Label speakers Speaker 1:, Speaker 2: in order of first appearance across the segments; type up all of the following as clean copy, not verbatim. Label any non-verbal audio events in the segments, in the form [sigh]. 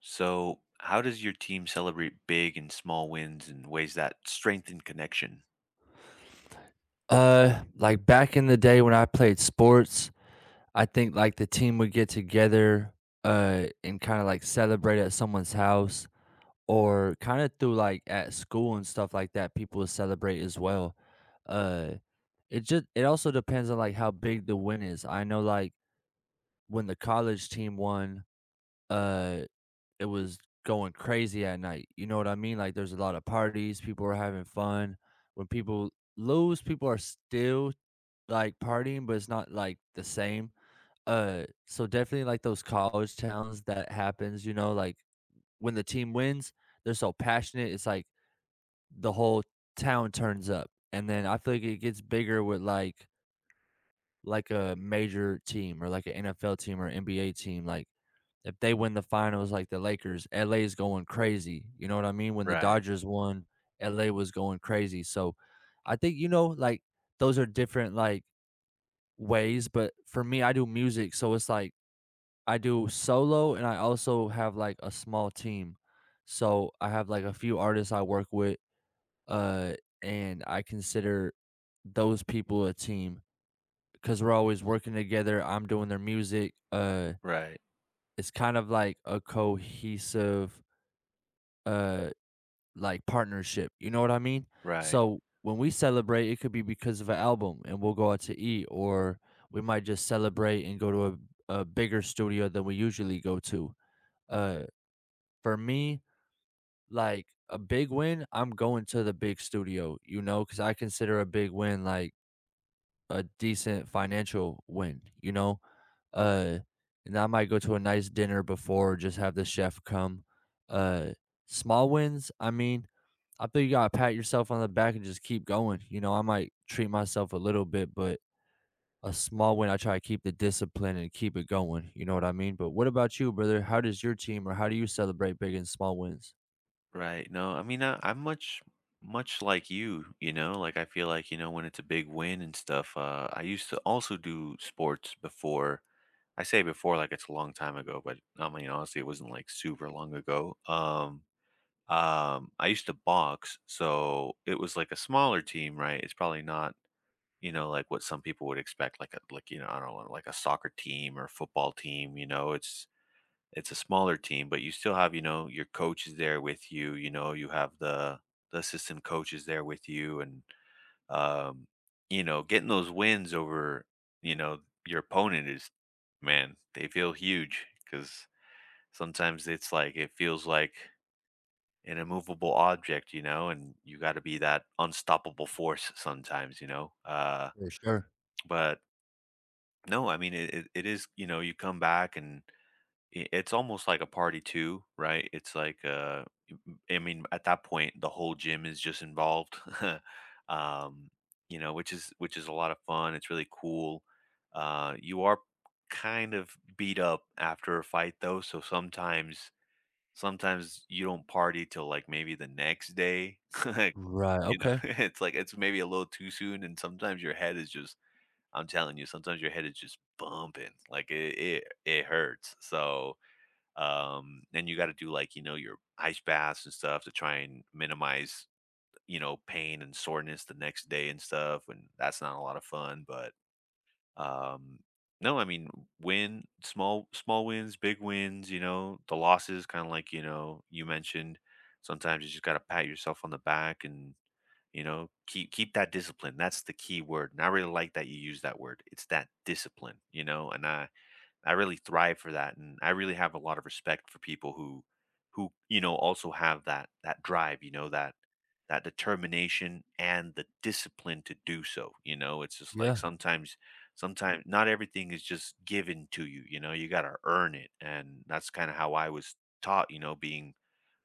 Speaker 1: So, how does your team celebrate big and small wins in ways that strengthen connection?
Speaker 2: Like back in the day when I played sports, I think like the team would get together, and kind of like celebrate at someone's house or kind of through like at school and stuff like that, people would celebrate as well. Uh, it also depends on like how big the win is. I know like when the college team won, uh, it was going crazy at night. You know what I mean? Like there's a lot of parties, people are having fun. When people lose, people are still, like, partying, but it's not, like, the same. So definitely, like, those college towns that happens, you know, like, when the team wins, they're so passionate, it's like the whole town turns up, and then I feel like it gets bigger with, like, a major team or, like, an NFL team or NBA team, like, if they win the finals, like the Lakers, LA is going crazy, you know what I mean? When the
Speaker 1: Right,
Speaker 2: Dodgers won, LA was going crazy, so I think, you know, like, those are different, like, ways, but for me, I do music, so it's like I do solo and I also have like a small team. So I have like a few artists I work with, uh, and I consider those people a team because we're always working together. I'm doing their music.
Speaker 1: right,
Speaker 2: It's kind of like a cohesive uh like partnership. You know what I mean?
Speaker 1: right,
Speaker 2: So when we celebrate, it could be because of an album and we'll go out to eat, or we might just celebrate and go to a bigger studio than we usually go to. Uh, for me, like a big win, I'm going to the big studio, you know, because I consider a big win like a decent financial win, you know? Uh, and I might go to a nice dinner before, just have the chef come. Uh, small wins, I mean, I think you gotta pat yourself on the back and just keep going. You know, I might treat myself a little bit, but a small win, I try to keep the discipline and keep it going. You know what I mean? But what about you, brother? How does your team or how do you celebrate big and small wins?
Speaker 1: right. No, I mean, I'm much, much like you know, like I feel like, you know, when it's a big win and stuff, I used to also do sports before. I say before, like it's a long time ago, but I mean, honestly, it wasn't like super long ago. I used to box, so it was like a smaller team, right? It's probably not, you know, like what some people would expect, like a like you know, I don't know, like a soccer team or football team. You know, it's a smaller team, but you still have, you know, your coach is there with you. You know, you have the assistant coach is there with you, and um, you know, getting those wins over, you know, your opponent is, man, they feel huge, because sometimes it's like it feels like an immovable object, you know, and you got to be that unstoppable force sometimes, you know.
Speaker 2: For sure.
Speaker 1: But No, I mean it. It is, you know, you come back and it's almost like a party too, right? It's like, I mean, at that point, the whole gym is just involved, [laughs] um, you know, which is a lot of fun. It's really cool. You are kind of beat up after a fight though, so sometimes you don't party till like maybe the next day. [laughs]
Speaker 2: Right.
Speaker 1: You know,
Speaker 2: Okay.
Speaker 1: [laughs] it's like it's maybe a little too soon, and sometimes your head is just, I'm telling you, sometimes your head is just bumping, like it hurts. So, and you got to do, like, you know, your ice baths and stuff to try and minimize, you know, pain and soreness the next day and stuff. And that's not a lot of fun, but um, no, I mean win small wins, big wins. You know, the losses, kind of like, you know, you mentioned. Sometimes you just got to pat yourself on the back and, you know, keep that discipline. That's the key word. And I really like that you use that word. It's that discipline, you know, and I really thrive for that. And I really have a lot of respect for people who, you know, also have that drive, you know, that determination and the discipline to do so. You know, it's just like
Speaker 2: Yeah.
Speaker 1: sometimes not everything is just given to you, you know, you gotta earn it. And that's kind of how I was taught, you know, being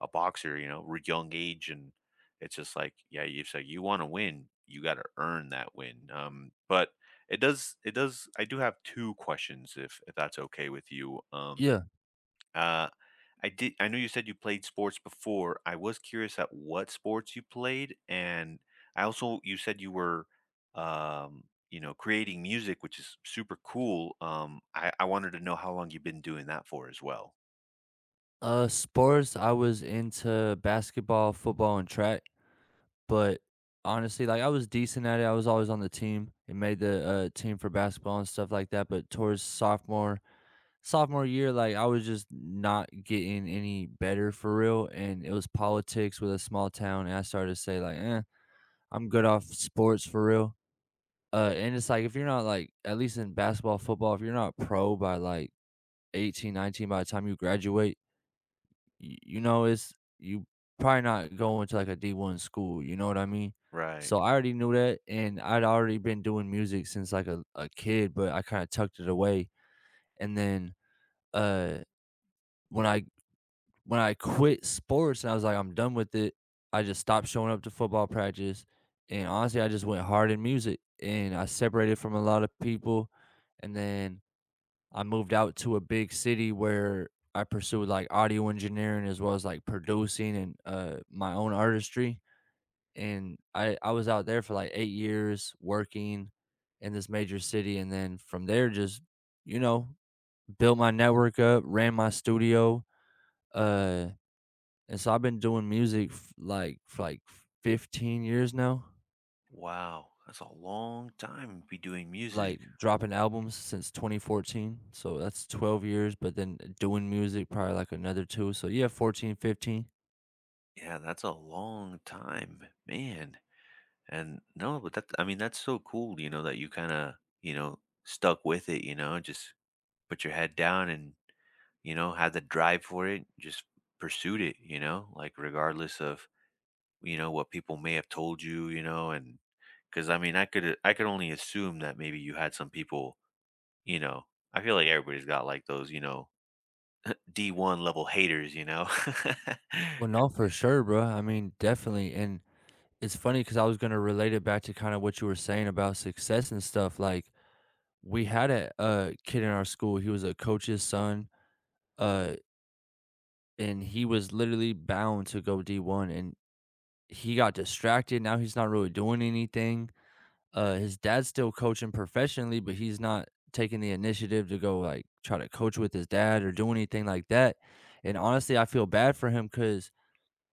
Speaker 1: a boxer, you know, young age, and it's just like, yeah, you, so you want to win, you got to earn that win. But it does, I do have two questions, if that's okay with you.
Speaker 2: Yeah.
Speaker 1: Uh, I did. I know you said you played sports before. I was curious at what sports you played, and I also, you said you were, um, you know, creating music, which is super cool. I wanted to know how long you've been doing that for as well.
Speaker 2: Sports, I was into basketball, football, and track, but honestly, like I was decent at it. I was always on the team and made the team for basketball and stuff like that. But towards sophomore year, like I was just not getting any better for real, and it was politics with a small town, and I started to say like, eh, I'm good off sports for real. And it's like if you're not like at least in basketball, football, if you're not pro by like 18, 19, by the time you graduate, you know it's you probably not going to like a D1 school. You know what I mean?
Speaker 1: Right.
Speaker 2: So I already knew that, and I'd already been doing music since like a kid, but I kind of tucked it away. And then uh, when I when I quit sports and I was like, I'm done with it, I just stopped showing up to football practice. And honestly, I just went hard in music and I separated from a lot of people. And then I moved out to a big city where I pursued like audio engineering as well as like producing and my own artistry. And I was out there for like 8 years working in this major city. And then from there, just, you know, built my network up, ran my studio. Uh, and so I've been doing music f like for, like, 15 years now,
Speaker 1: Wow, that's a long time to be doing
Speaker 2: like,
Speaker 1: music.
Speaker 2: dropping albums since 2014, so that's 12 years, but then doing music probably, like, another 2, so yeah, 14, 15.
Speaker 1: Yeah, that's a long time, man. And no, but that, I mean, that's so cool, you know, that you kind of, you know, stuck with it, you know, just put your head down and, you know, had the drive for it, just pursued it, you know, like regardless of, you know, what people may have told you, you know, and 'cuz I mean, I could only assume that maybe you had some people, you know, I feel like everybody's got like those, you know, D1 level haters, you know? [laughs]
Speaker 2: Well, no, for sure, bro, I mean, definitely, and it's funny because I was gonna relate it back to kinda what you were saying about success and stuff, like, we had a kid in our school, he was a coach's son, uh, and he was literally bound to go D1, and he got distracted, now he's not really doing anything. His dad's still coaching professionally, but he's not taking the initiative to go, like, try to coach with his dad or do anything like that, and honestly, I feel bad for him because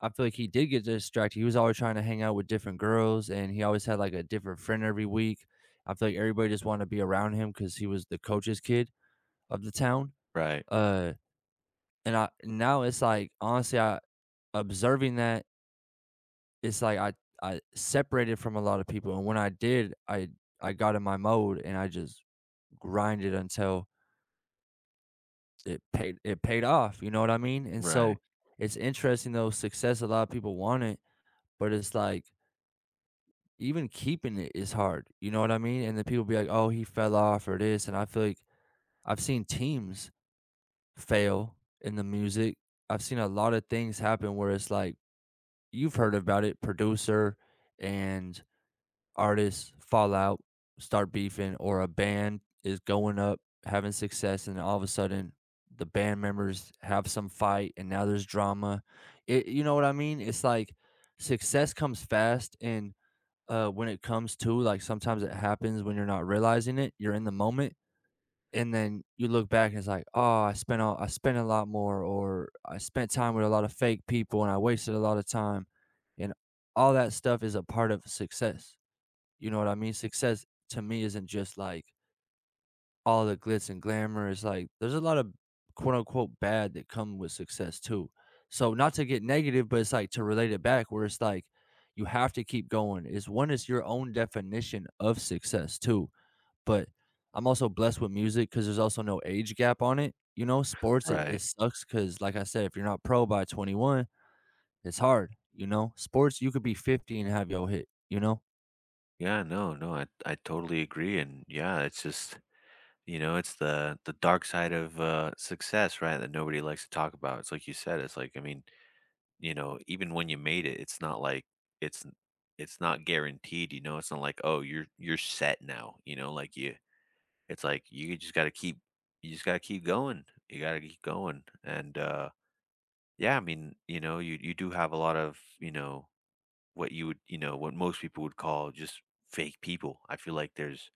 Speaker 2: I feel like he did get distracted, he was always trying to hang out with different girls, and he always had, like, a different friend every week. I feel like everybody just wanted to be around him because he was the coach's kid of the town,
Speaker 1: Right,
Speaker 2: uh, and I now it's like, honestly, I observing that, it's like I separated from a lot of people, and when I did, I got in my mode, and I just grinded until it paid off, you know what I mean? And
Speaker 1: right,
Speaker 2: so it's interesting though, success a lot of people want it, but it's like even keeping it is hard. You know what I mean? And then people be like, "Oh, he fell off or this." And I feel like I've seen teams fail in the music. I've seen a lot of things happen where it's like you've heard about it, producer and artists fall out, start beefing, or a band is going up, having success, and all of a sudden the band members have some fight and now there's drama. You know what I mean? It's like success comes fast. And when it comes to, like, sometimes it happens when you're not realizing it, you're in the moment. And then you look back and it's like, oh, I spent a lot more, or I spent time with a lot of fake people and I wasted a lot of time. And all that stuff is a part of success. You know what I mean? Success to me isn't just like all the glitz and glamour. It's like there's a lot of quote unquote bad that come with success too. So not to get negative, but it's like to relate it back where it's like you have to keep going. Is one is your own definition of success too. But I'm also blessed with music because there's also no age gap on it. You know, sports it
Speaker 1: right.
Speaker 2: sucks because like I said, if you're not pro by 21, it's hard. You know, sports you could be 50 and have your hit. You know.
Speaker 1: Yeah, no, no, I totally agree, and yeah, it's just, you know, it's the dark side of success, right, that nobody likes to talk about. It's like you said, it's like, I mean, you know, even when you made it, it's not like, it's n it's not guaranteed, you know? It's not like, "Oh, you're set now," you know? Like, you it's like you just gotta keep going. You gotta keep going, and, yeah, I mean, you know, you do have a lot of, you know, what you would, you know, what most people would call just fake people. I feel like there's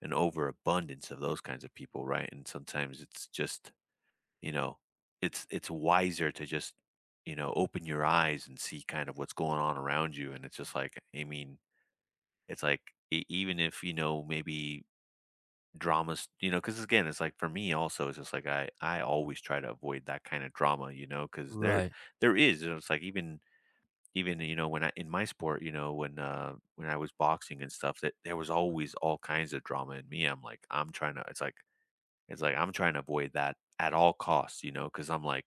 Speaker 1: an overabundance of those kinds of people, right? And sometimes it's just, you know, it's wiser to just, you know, open your eyes and see kind of what's going on around you. And it's just like, I mean, it's like even if, you know, maybe dramas, you know, because again, it's like for me also, it's just like I always try to avoid that kind of drama, you know, because there
Speaker 2: Right,
Speaker 1: there is, you know, it's like even, you know, when I, in my sport, you know, when I was boxing and stuff, that there was always all kinds of drama in me. I'm like, I'm trying to, it's like I'm trying to avoid that at all costs, you know, because 'cause I'm like,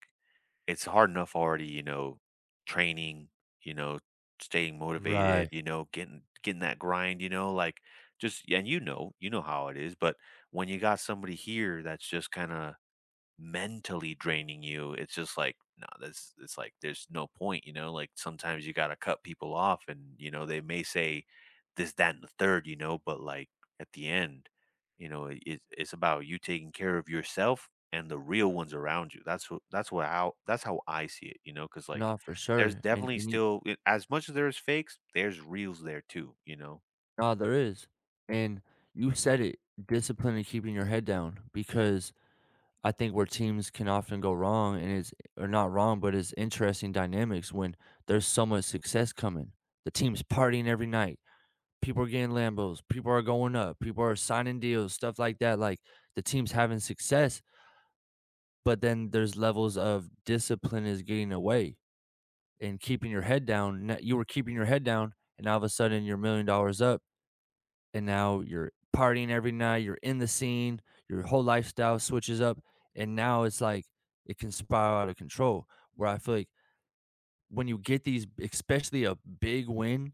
Speaker 1: it's hard enough already, you know, training, you know, staying motivated,
Speaker 2: right.
Speaker 1: you know, getting that grind, you know, like, just, and you know how it is, but when you got somebody here that's just kinda mentally draining you, it's just like, no, that's, it's like there's no point, you know. Like sometimes you gotta cut people off, and you know they may say this, that, and the third, you know, but like, at the end, you know, it's about you taking care of yourself and the real ones around you. That's how I see it, you know, because, like,
Speaker 2: No, for
Speaker 1: there's
Speaker 2: sure, and
Speaker 1: definitely
Speaker 2: and you,
Speaker 1: still, as much as there's fakes, there's reals there too, you know.
Speaker 2: no, there is, and you said it, discipline and keeping your head down because I think where teams can often go wrong and is or not wrong, but it's interesting dynamics when there's so much success coming. The team's partying every night. People are getting Lambos. People are going up. People are signing deals, stuff like that. Like the team's having success, but then there's levels of discipline is getting away and keeping your head down. You were keeping your head down, and all of a sudden you're $1 million up. And now you're partying every night, you're in the scene, your whole lifestyle switches up, and now it's like it can spiral out of control. Where I feel like when you get these, especially a big win,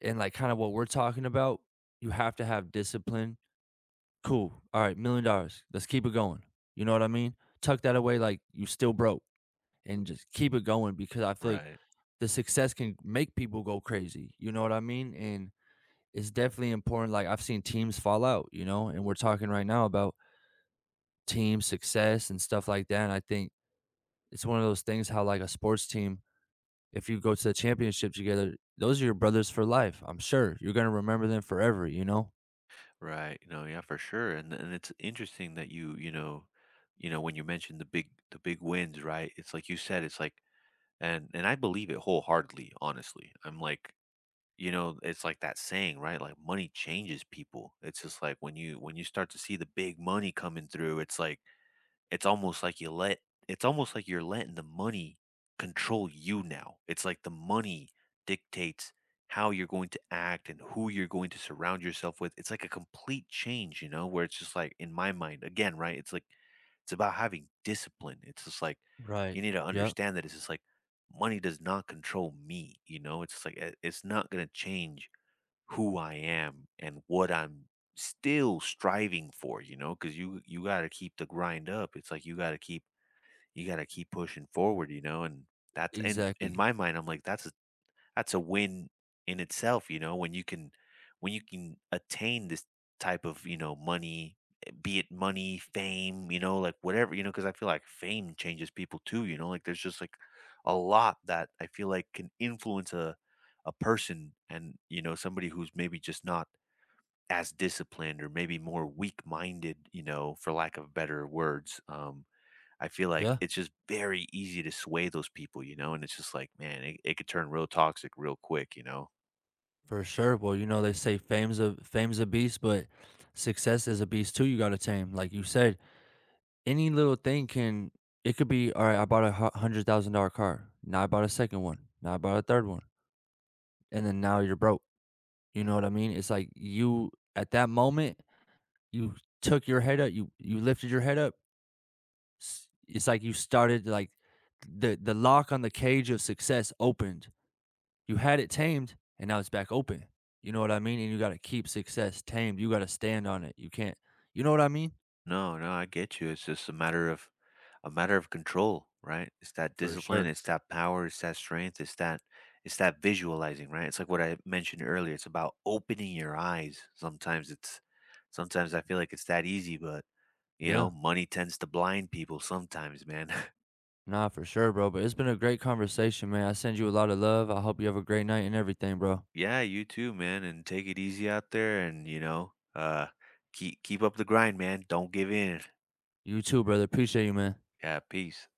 Speaker 2: and like kind of what we're talking about, you have to have discipline. Cool. All right, $1 million. Let's keep it going. You know what I mean? Tuck that away like you still broke and just keep it going because I feel like
Speaker 1: Right.
Speaker 2: the success can make people go crazy. You know what I mean? And it's definitely important, like, I've seen teams fall out, you know, and we're talking right now about team success and stuff like that, and I think it's one of those things how, like, a sports team, if you go to the championship together, those are your brothers for life, I'm sure, you're gonna remember them forever, you know?
Speaker 1: Right. No, yeah, for sure. And it's interesting that you, you know, when you mentioned the big wins, right? It's like you said, it's like and I believe it wholeheartedly, honestly. I'm like, you know, it's like that saying, right? Like, money changes people. It's just like when you start to see the big money coming through, it's like, it's almost like you let it's almost like you're letting the money control you now. It's like the money dictates how you're going to act and who you're going to surround yourself with. It's like a complete change, you know, where it's just like, in my mind again, right? It's like it's about having discipline. It's just like
Speaker 2: Right,
Speaker 1: you need to
Speaker 2: yep,
Speaker 1: understand that it's just like money does not control me, you know? It's just like, it's not going to change who I am and what I'm still striving for, you know, because you got to keep the grind up. It's like you got to keep pushing forward, you know, and that's and in
Speaker 2: exactly,
Speaker 1: my mind, I'm like, that's a win in itself, you know, when you can, attain this type of, you know, money, be it money, fame, you know, like, whatever, you know, because I feel like fame changes people too, you know, like, there's just like a lot that I feel like can influence a person and, you know, somebody who's maybe just not as disciplined or maybe more weak minded, you know, for lack of better words. I feel like
Speaker 2: yeah,
Speaker 1: it's just very easy to sway those people, you know, and it's just like, man, it could turn real toxic real quick, you know.
Speaker 2: for sure, well, you know, they say fame's a beast, but success is a beast too you gotta tame, like you said, any little thing can it could be, "Alright, I bought a hu $100,000 car, now I bought a second one, now I bought a third one." And then now you're broke. You know what I mean? It's like you at that moment, you took your head up, you lifted your head up. It's like you started like the lock on the cage of success opened. You had it tamed and now it's back open. You know what I mean? And you got to keep success tamed. You got to stand on it. You can't. You know what I mean?
Speaker 1: No, no, I get you. It's just a matter of control, right? It's that
Speaker 2: For
Speaker 1: discipline,
Speaker 2: sure.
Speaker 1: it's that power, it's that strength, it's that visualizing, right? It's like what I mentioned earlier. It's about opening your eyes. Sometimes I feel like it's that easy, but, you
Speaker 2: Yeah.
Speaker 1: know, money tends to blind people sometimes, man. [laughs]
Speaker 2: Nah, for sure, bro. But it's been a great conversation, man. I send you a lot of love. I hope you have a great night and everything, bro.
Speaker 1: Yeah, you too, man, and take it easy out there and, you know, keep up the grind, man. Don't give in.
Speaker 2: You too, brother. Appreciate you, man.
Speaker 1: Yeah, peace.